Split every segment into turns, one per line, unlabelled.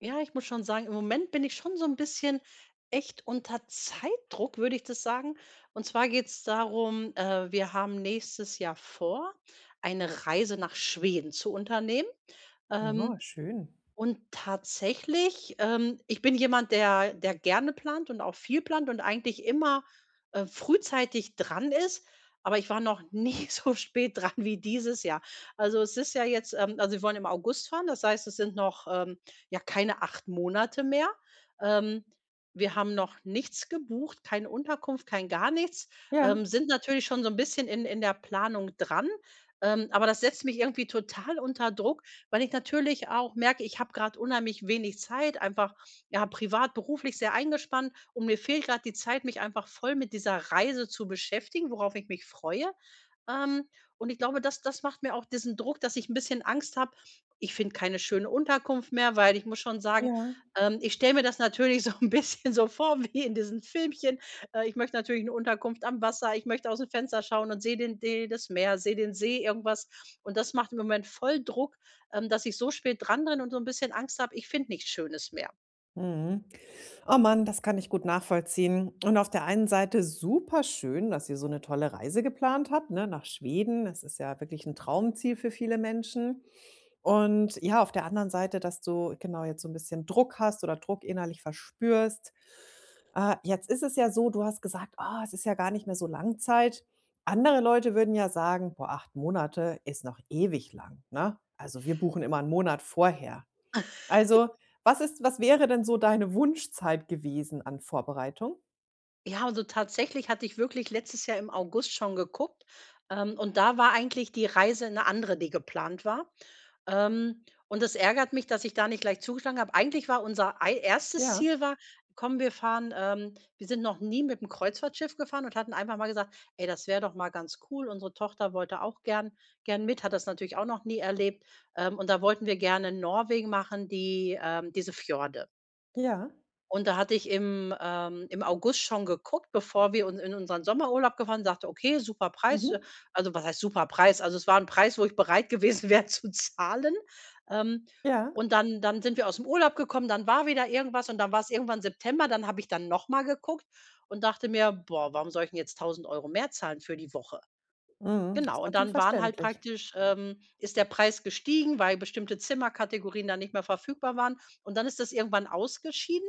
Ja, ich muss schon sagen, im Moment bin ich schon so ein bisschen echt unter Zeitdruck, würde ich das sagen. Und zwar geht es darum, wir haben nächstes Jahr vor, eine Reise nach Schweden zu unternehmen.
Ja,
Ähm,
schön.
und tatsächlich, ich bin jemand, der gerne plant und auch viel plant und eigentlich immer, frühzeitig dran ist, aber ich war noch nie so spät dran wie dieses Jahr. Also, es ist ja jetzt, also, wir wollen im August fahren, das heißt, es sind noch, ja, keine 8 Monate mehr. Ähm, wir haben noch nichts gebucht, keine Unterkunft, kein gar nichts,
Ja,
sind natürlich schon so ein bisschen in der Planung dran, aber das setzt mich irgendwie total unter Druck, weil ich natürlich auch merke, ich habe gerade unheimlich wenig Zeit, einfach, ja, privat, beruflich sehr eingespannt, und mir fehlt gerade die Zeit, mich einfach voll mit dieser Reise zu beschäftigen, worauf ich mich freue. Ähm, und ich glaube, das macht mir auch diesen Druck, dass ich ein bisschen Angst habe. Ich finde keine schöne Unterkunft mehr, weil ich muss schon sagen,
ja.
ich stelle mir das natürlich so ein bisschen so vor wie in diesen Filmchen. Ich möchte natürlich eine Unterkunft am Wasser, ich möchte aus dem Fenster schauen und sehe den de das Meer, sehe den See, irgendwas. Und das macht im Moment voll Druck, dass ich so spät dran bin und so ein bisschen Angst habe, ich finde nichts Schönes mehr.
Mhm. Oh Mann, das kann ich gut nachvollziehen. Und auf der einen Seite super schön, dass ihr so eine tolle Reise geplant habt, ne, nach Schweden. Das ist ja wirklich ein Traumziel für viele Menschen. Und ja, auf der anderen Seite, dass du genau jetzt so ein bisschen Druck hast oder Druck innerlich verspürst. Jetzt ist es ja so, du hast gesagt: „Ah, es ist ja gar nicht mehr so lang Zeit.“ Andere Leute würden ja sagen: „Boah, 8 Monate ist noch ewig lang“, ne? Also, wir buchen immer einen Monat vorher. Also, was ist was wäre denn so deine Wunschzeit gewesen an Vorbereitung?
Ja, also tatsächlich hatte ich wirklich letztes Jahr im August schon geguckt, und da war eigentlich die Reise eine andere, die geplant war. Und das ärgert mich, dass ich da nicht gleich zugeschlagen habe. Eigentlich war unser ei erstes
Ja.
Ziel war: „Komm, wir fahren“, wir sind noch nie mit dem Kreuzfahrtschiff gefahren und hatten einfach mal gesagt: „Ey, das wäre doch mal ganz cool.“ Unsere Tochter wollte auch gern mit, hat das natürlich auch noch nie erlebt. Und da wollten wir gerne in Norwegen machen, die diese Fjorde.
Ja.
Und da hatte ich im, im August schon geguckt, bevor wir uns in unseren Sommerurlaub gefahren, sagte: „Okay, super Preis.“
Mhm.
Also, was heißt super Preis? Also, es war ein Preis, wo ich bereit gewesen wäre zu zahlen. Ähm,
Ja.
und dann sind wir aus dem Urlaub gekommen, dann war wieder irgendwas und dann war es irgendwann September, dann habe ich dann noch mal geguckt und dachte mir: „Boah, warum soll ich denn jetzt 1.000 Euro mehr zahlen für die Woche?“
Mhm. Das
Genau,
ist
und
natürlich
dann waren halt
verständlich.
praktisch ist der Preis gestiegen, weil bestimmte Zimmerkategorien dann nicht mehr verfügbar waren. Und dann ist das irgendwann ausgeschieden.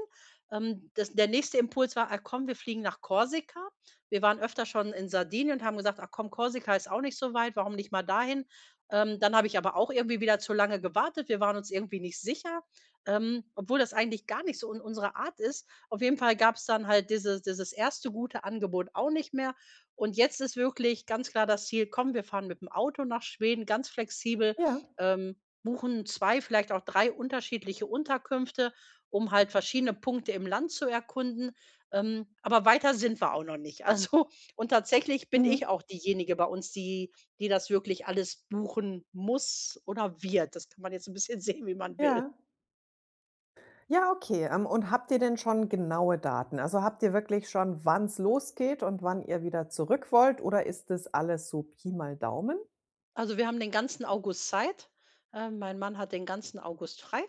Das, der nächste Impuls war: ah, komm, wir fliegen nach Korsika. Wir waren öfter schon in Sardinien und haben gesagt: ach komm, Korsika ist auch nicht so weit, warum nicht mal dahin? Dann habe ich aber auch irgendwie wieder zu lange gewartet. Wir waren uns irgendwie nicht sicher, obwohl das eigentlich gar nicht so in unserer Art ist. Auf jeden Fall gab es dann halt dieses erste gute Angebot auch nicht mehr. Und jetzt ist wirklich ganz klar das Ziel: „Komm, wir fahren mit dem Auto nach Schweden“, ganz flexibel,
Ja.
buchen 2, vielleicht auch 3 unterschiedliche Unterkünfte, um halt verschiedene Punkte im Land zu erkunden. Aber weiter sind wir auch noch nicht. Also, und tatsächlich bin ich
Mhm.
auch diejenige bei uns, die das wirklich alles buchen muss oder wird. Das kann man jetzt ein bisschen sehen, wie man will.
Ja. Ja, okay. Und habt ihr denn schon genaue Daten? Also, habt ihr wirklich schon, wann es losgeht und wann ihr wieder zurück wollt oder ist das alles so Pi mal Daumen?
Also, wir haben den ganzen August Zeit. Mein Mann hat den ganzen August frei.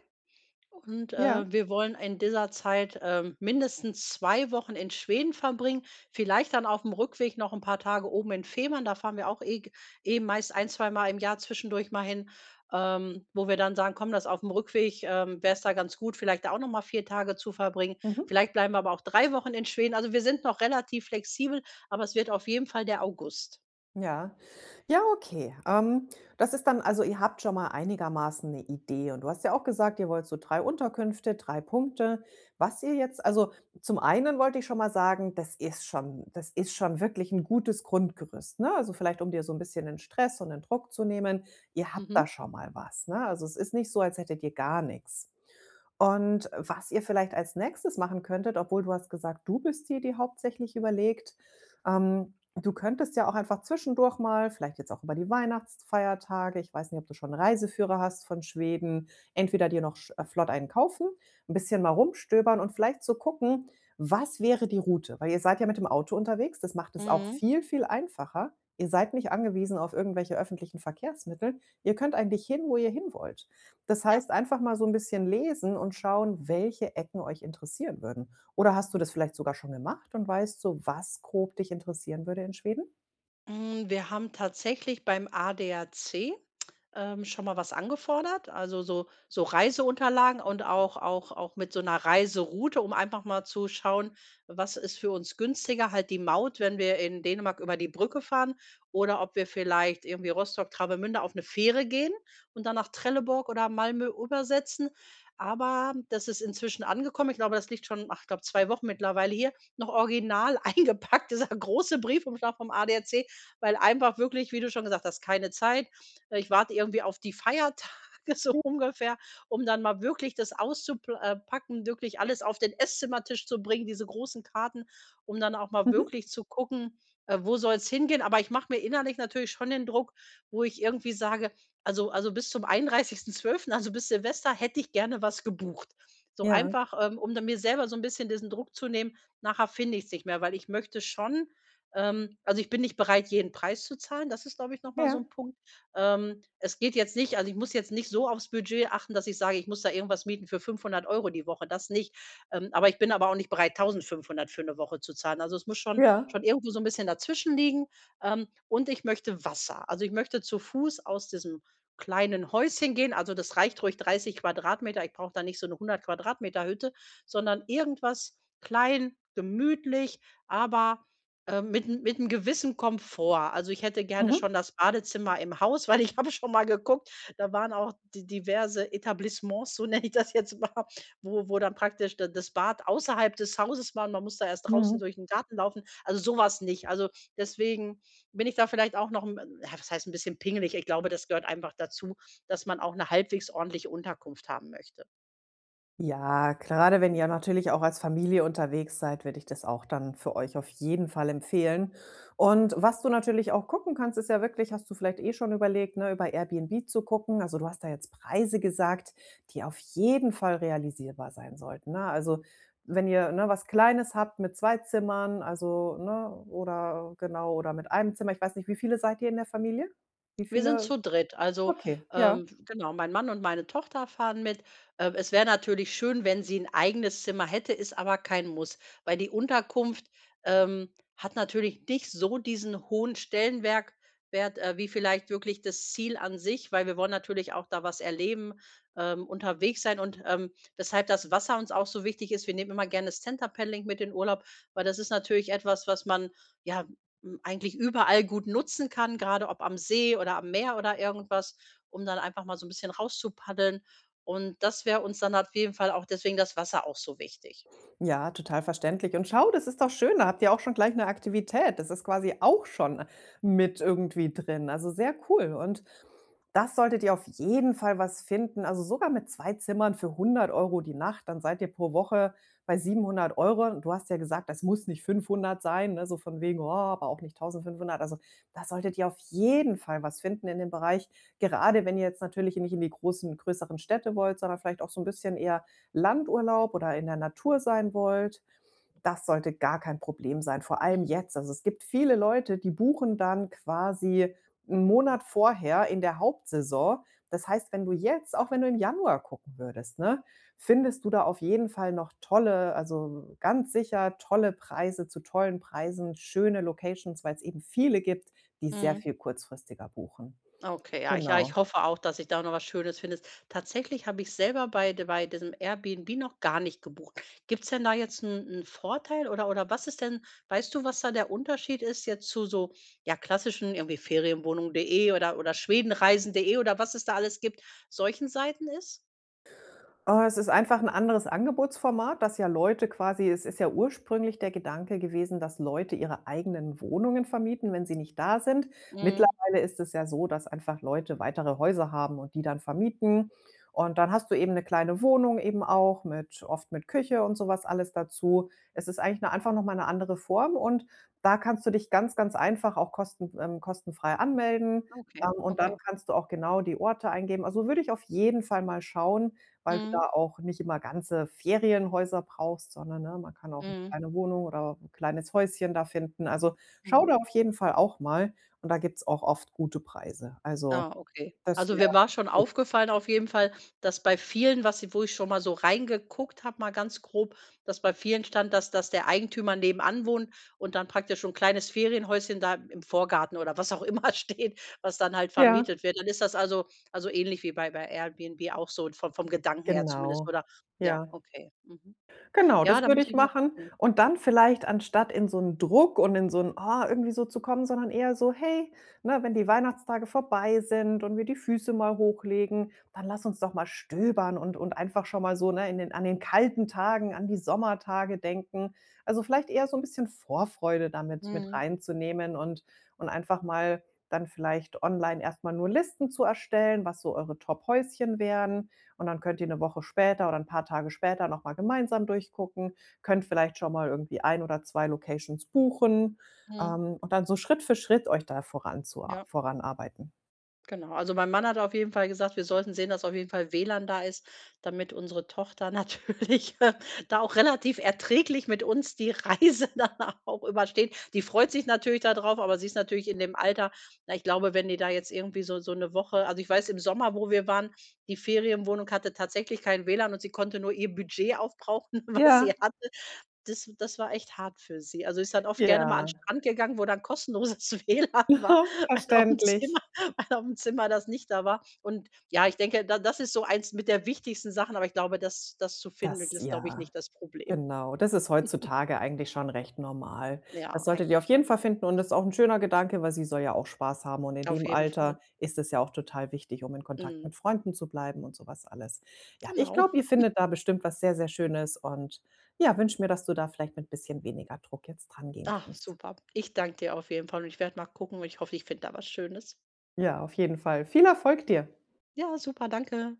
Und,
Ja.
wir wollen in dieser Zeit, mindestens 2 Wochen in Schweden verbringen, vielleicht dann auf dem Rückweg noch ein paar Tage oben in Fehmarn. Da fahren wir auch eh meist ein zwei Mal im Jahr zwischendurch mal hin, wo wir dann sagen: „Komm, das auf dem Rückweg, wäre es da ganz gut, vielleicht da auch noch mal 4 Tage zu verbringen.“
Mhm.
Vielleicht bleiben wir aber auch 3 Wochen in Schweden. Also, wir sind noch relativ flexibel, aber es wird auf jeden Fall der August.
Ja. Ja, okay. Das ist dann also ihr habt schon mal einigermaßen eine Idee und du hast ja auch gesagt, ihr wollt so 3 Unterkünfte, 3 Punkte. Was ihr jetzt also, zum einen wollte ich schon mal sagen, das ist schon wirklich ein gutes Grundgerüst, ne? Also, vielleicht, um dir so ein bisschen den Stress und den Druck zu nehmen. Ihr habt
Mhm.
da schon mal was, ne? Also, es ist nicht so, als hättet ihr gar nichts. Und was ihr vielleicht als Nächstes machen könntet, obwohl du hast gesagt, du bist die, die hauptsächlich überlegt. Du könntest ja auch einfach zwischendurch mal, vielleicht jetzt auch über die Weihnachtsfeiertage, ich weiß nicht, ob du schon 'n Reiseführer hast von Schweden, entweder dir noch sch flott einen kaufen, ein bisschen mal rumstöbern und vielleicht so gucken, was wäre die Route? Weil ihr seid ja mit dem Auto unterwegs, das macht es auch
Mhm.
viel, viel einfacher. Ihr seid nicht angewiesen auf irgendwelche öffentlichen Verkehrsmittel. Ihr könnt eigentlich hin, wo ihr hin wollt. Das
Ja.
heißt, einfach mal so ein bisschen lesen und schauen, welche Ecken euch interessieren würden. Oder hast du das vielleicht sogar schon gemacht und weißt so, was grob dich interessieren würde in Schweden?
Hm, wir haben tatsächlich beim ADAC, schon mal was angefordert, also so Reiseunterlagen und auch mit so einer Reiseroute, um einfach mal zu schauen, was ist für uns günstiger, halt die Maut, wenn wir in Dänemark über die Brücke fahren oder ob wir vielleicht irgendwie Rostock, Travemünde auf eine Fähre gehen und dann nach Trelleborg oder Malmö übersetzen. Aber das ist inzwischen angekommen. Ich glaube, das liegt schon, ach, ich glaube, 2 Wochen mittlerweile hier, noch original eingepackt, dieser große Briefumschlag vom ADAC, weil einfach wirklich, wie du schon gesagt hast, keine Zeit. Ich warte irgendwie auf die Feiertage so ungefähr, um dann mal wirklich das auszupacken, wirklich alles auf den Esszimmertisch zu bringen, diese großen Karten, um dann auch mal
Mhm.
wirklich zu gucken, wo soll es hingehen. Aber ich mache mir innerlich natürlich schon den Druck, wo ich irgendwie sage, also bis zum 31.12., also bis Silvester, hätte ich gerne was gebucht. So
Ja.
einfach, um dann mir selber so ein bisschen diesen Druck zu nehmen, nachher finde ich es nicht mehr, weil ich möchte schon also, ich bin nicht bereit, jeden Preis zu zahlen. Das ist, glaube ich, nochmal so
Ja,
ein Punkt. Es geht jetzt nicht, also, ich muss jetzt nicht so aufs Budget achten, dass ich sage, ich muss da irgendwas mieten für 500 Euro die Woche, das nicht. Aber ich bin aber auch nicht bereit, 1.500 für eine Woche zu zahlen. Also, es muss schon
ja.
schon irgendwo so ein bisschen dazwischen liegen. Und ich möchte Wasser. Also, ich möchte zu Fuß aus diesem kleinen Häuschen gehen. Also, das reicht ruhig 30 Quadratmeter. Ich brauche da nicht so eine 100 Quadratmeter Hütte, sondern irgendwas klein, gemütlich, aber mit 'n gewissen Komfort. Also, ich hätte gerne
Mhm.
schon das Badezimmer im Haus, weil ich habe schon mal geguckt, da waren auch di diverse Etablissements, so nenne ich das jetzt mal, wo dann praktisch da das Bad außerhalb des Hauses war und man muss da erst draußen
Mhm.
durch 'n Garten laufen. Also, so was nicht. Also, deswegen bin ich da vielleicht auch noch 'n, ja, was heißt 'n bisschen pingelig? Ich glaube, das gehört einfach dazu, dass man auch 'ne halbwegs ordentliche Unterkunft haben möchte.
Ja, gerade wenn ihr natürlich auch als Familie unterwegs seid, würde ich das auch dann für euch auf jeden Fall empfehlen. Und was du natürlich auch gucken kannst, ist ja wirklich, hast du vielleicht eh schon überlegt, ne, über Airbnb zu gucken. Also du hast da jetzt Preise gesagt, die auf jeden Fall realisierbar sein sollten. Ne? Also wenn ihr ne, was Kleines habt mit zwei Zimmern, also ne, oder genau, oder mit einem Zimmer, ich weiß nicht, wie viele seid ihr in der Familie? Wie
Wir sind
viele?
zu dritt. Also,
Okay, ja.
genau, mein Mann und meine Tochter fahren mit. Es wäre natürlich schön, wenn sie ein eigenes Zimmer hätte, ist aber kein Muss, weil die Unterkunft, hat natürlich nicht so diesen hohen Stellenwert Wert, wie vielleicht wirklich das Ziel an sich, weil wir wollen natürlich auch da was erleben, unterwegs sein, und, weshalb das Wasser uns auch so wichtig ist. Wir nehmen immer gerne das Center Paddling mit in Urlaub, weil das ist natürlich etwas, was man, ja, eigentlich überall gut nutzen kann, gerade ob am See oder am Meer oder irgendwas, um dann einfach mal so ein bisschen rauszupaddeln. Und das wäre uns dann auf jeden Fall auch deswegen das Wasser auch so wichtig.
Ja, total verständlich. Und schau, das ist doch schön, da habt ihr auch schon gleich eine Aktivität. Das ist quasi auch schon mit irgendwie drin. Also, sehr cool. Und das solltet ihr auf jeden Fall was finden. Also, sogar mit 2 Zimmern für hundert Euro die Nacht, dann seid ihr pro Woche bei 700 Euro. Und du hast ja gesagt, das muss nicht 500 sein, ne, so von wegen: „Oh, aber auch nicht 1.500.“ Also, da solltet ihr auf jeden Fall was finden in dem Bereich, gerade wenn ihr jetzt natürlich nicht in die großen größeren Städte wollt, sondern vielleicht auch so ein bisschen eher Landurlaub oder in der Natur sein wollt, das sollte gar kein Problem sein, vor allem
Mhm.
jetzt. Also, es gibt viele Leute, die buchen dann quasi einen Monat vorher in der Hauptsaison. Das heißt, wenn du im Januar gucken würdest, ne, findest du da auf jeden Fall ganz sicher tolle Preise zu tollen Preisen, schöne Locations, weil es eben viele gibt, die sehr
Mhm.
viel kurzfristiger buchen.
Okay, ja,
Genau.
ich hoffe auch, dass ich da noch was Schönes finde. Tatsächlich habe ich selber bei diesem Airbnb noch gar nicht gebucht. Gibt's denn da jetzt einen Vorteil oder was ist denn, weißt du, was da der Unterschied ist jetzt zu so, ja, klassischen irgendwie Ferienwohnung.de oder Schwedenreisen.de oder was es da alles gibt, solchen Seiten ist?
Es ist einfach ein anderes Angebotsformat, das ja Leute quasi es ist ja ursprünglich der Gedanke gewesen, dass Leute ihre eigenen Wohnungen vermieten, wenn sie nicht da sind.
Mhm.
Mittlerweile ist es ja so, dass einfach Leute weitere Häuser haben und die dann vermieten. Und dann hast du eben eine kleine Wohnung eben auch mit oft mit Küche und sowas alles dazu. Es ist eigentlich 'ne einfach noch mal 'ne andere Form und da kannst du dich ganz, ganz einfach auch kosten kostenfrei anmelden,
Okay,
und dann
okay.
kannst du auch genau die Orte eingeben. Also, würde ich auf jeden Fall mal schauen, weil du
Mhm.
da auch nicht immer ganze Ferienhäuser brauchst, sondern, ne, man kann auch eine
Mhm.
kleine Wohnung oder ein kleines Häuschen da finden. Also, schau
Mhm.
da auf jeden Fall auch mal und da gibt's auch oft gute Preise. Also,
Ah, okay.
das
Also,
wäre
mir war schon
gut.
aufgefallen auf jeden Fall, dass bei vielen, was ich wo ich schon mal so reingeguckt habe, mal ganz grob, dass bei vielen stand, dass der Eigentümer nebenan wohnt und dann praktisch so ein kleines Ferienhäuschen da im Vorgarten oder was auch immer steht, was dann halt
Ja,
vermietet wird. Dann ist das also ähnlich wie bei Airbnb auch so vom Gedanken her zumindest,
genau.
oder? Ja,
Ja.
okay. Mhm.
Genau,
Ja,
das
da
würde
muss
ich
ich mal
machen
gucken, ne?
und dann vielleicht anstatt in so 'n Druck und in so 'n: „Ah“ irgendwie so zu kommen, sondern eher so: „Hey, ne, wenn die Weihnachtstage vorbei sind und wir die Füße mal hochlegen, dann lass uns doch mal stöbern und einfach schon mal so, ne, in den an den kalten Tagen, an die Sommertage denken.“ Also, vielleicht eher so 'n bisschen Vorfreude damit mit
Mhm,
reinzunehmen und einfach mal dann vielleicht online erst mal nur Listen zu erstellen, was so eure Top-Häuschen wären und dann könnt ihr eine Woche später oder ein paar Tage später noch mal gemeinsam durchgucken, könnt vielleicht schon mal irgendwie ein oder 2 Locations buchen,
mhm,
und dann so Schritt für Schritt euch da
ja.
voranarbeiten.
Genau, also mein Mann hat auf jeden Fall gesagt, wir sollten sehen, dass auf jeden Fall WLAN da ist, damit unsere Tochter natürlich da auch relativ erträglich mit uns die Reise dann auch übersteht. Die freut sich natürlich darauf, aber sie ist natürlich in dem Alter, na, ich glaube, wenn die da jetzt irgendwie so eine Woche, also ich weiß, im Sommer, wo wir waren, die Ferienwohnung hatte tatsächlich kein WLAN und sie konnte nur ihr Budget aufbrauchen, was sie
Ja.
hatte. Das war echt hart für sie. Also, ist dann oft gerne mal an
Ja.
'n Strand gegangen, wo dann kostenloses WLAN war, weil aufm
Verständlich.
Zimmer weil aufm Zimmer das nicht da war. Und ja, ich denke, da das ist so eins mit der wichtigsten Sachen, aber ich glaube, das zu finden,
Das
ist, glaube ich,
ja.
nicht das Problem.
Genau, das ist heutzutage eigentlich schon recht normal. Das
Ja,
solltet ihr auf
eigentlich
jeden
schon.
Fall finden und das ist auch 'n schöner Gedanke, weil sie soll ja auch Spaß haben und in
Auf
dem
jeden Fall.
Alter ist es ja auch total wichtig, um in Kontakt
Mhm,
mit Freunden zu bleiben und so was alles. Ja, ich
genau.
glaube, ihr findet da bestimmt was sehr, sehr Schönes und ja, wünsche mir, dass du da vielleicht mit bisschen weniger Druck jetzt drangehen
Ah,
kannst.
super. Ich danke dir auf jeden Fall und ich werde mal gucken und ich hoffe, ich finde da was Schönes.
Ja, auf jeden Fall. Viel Erfolg dir.
Ja, super, danke.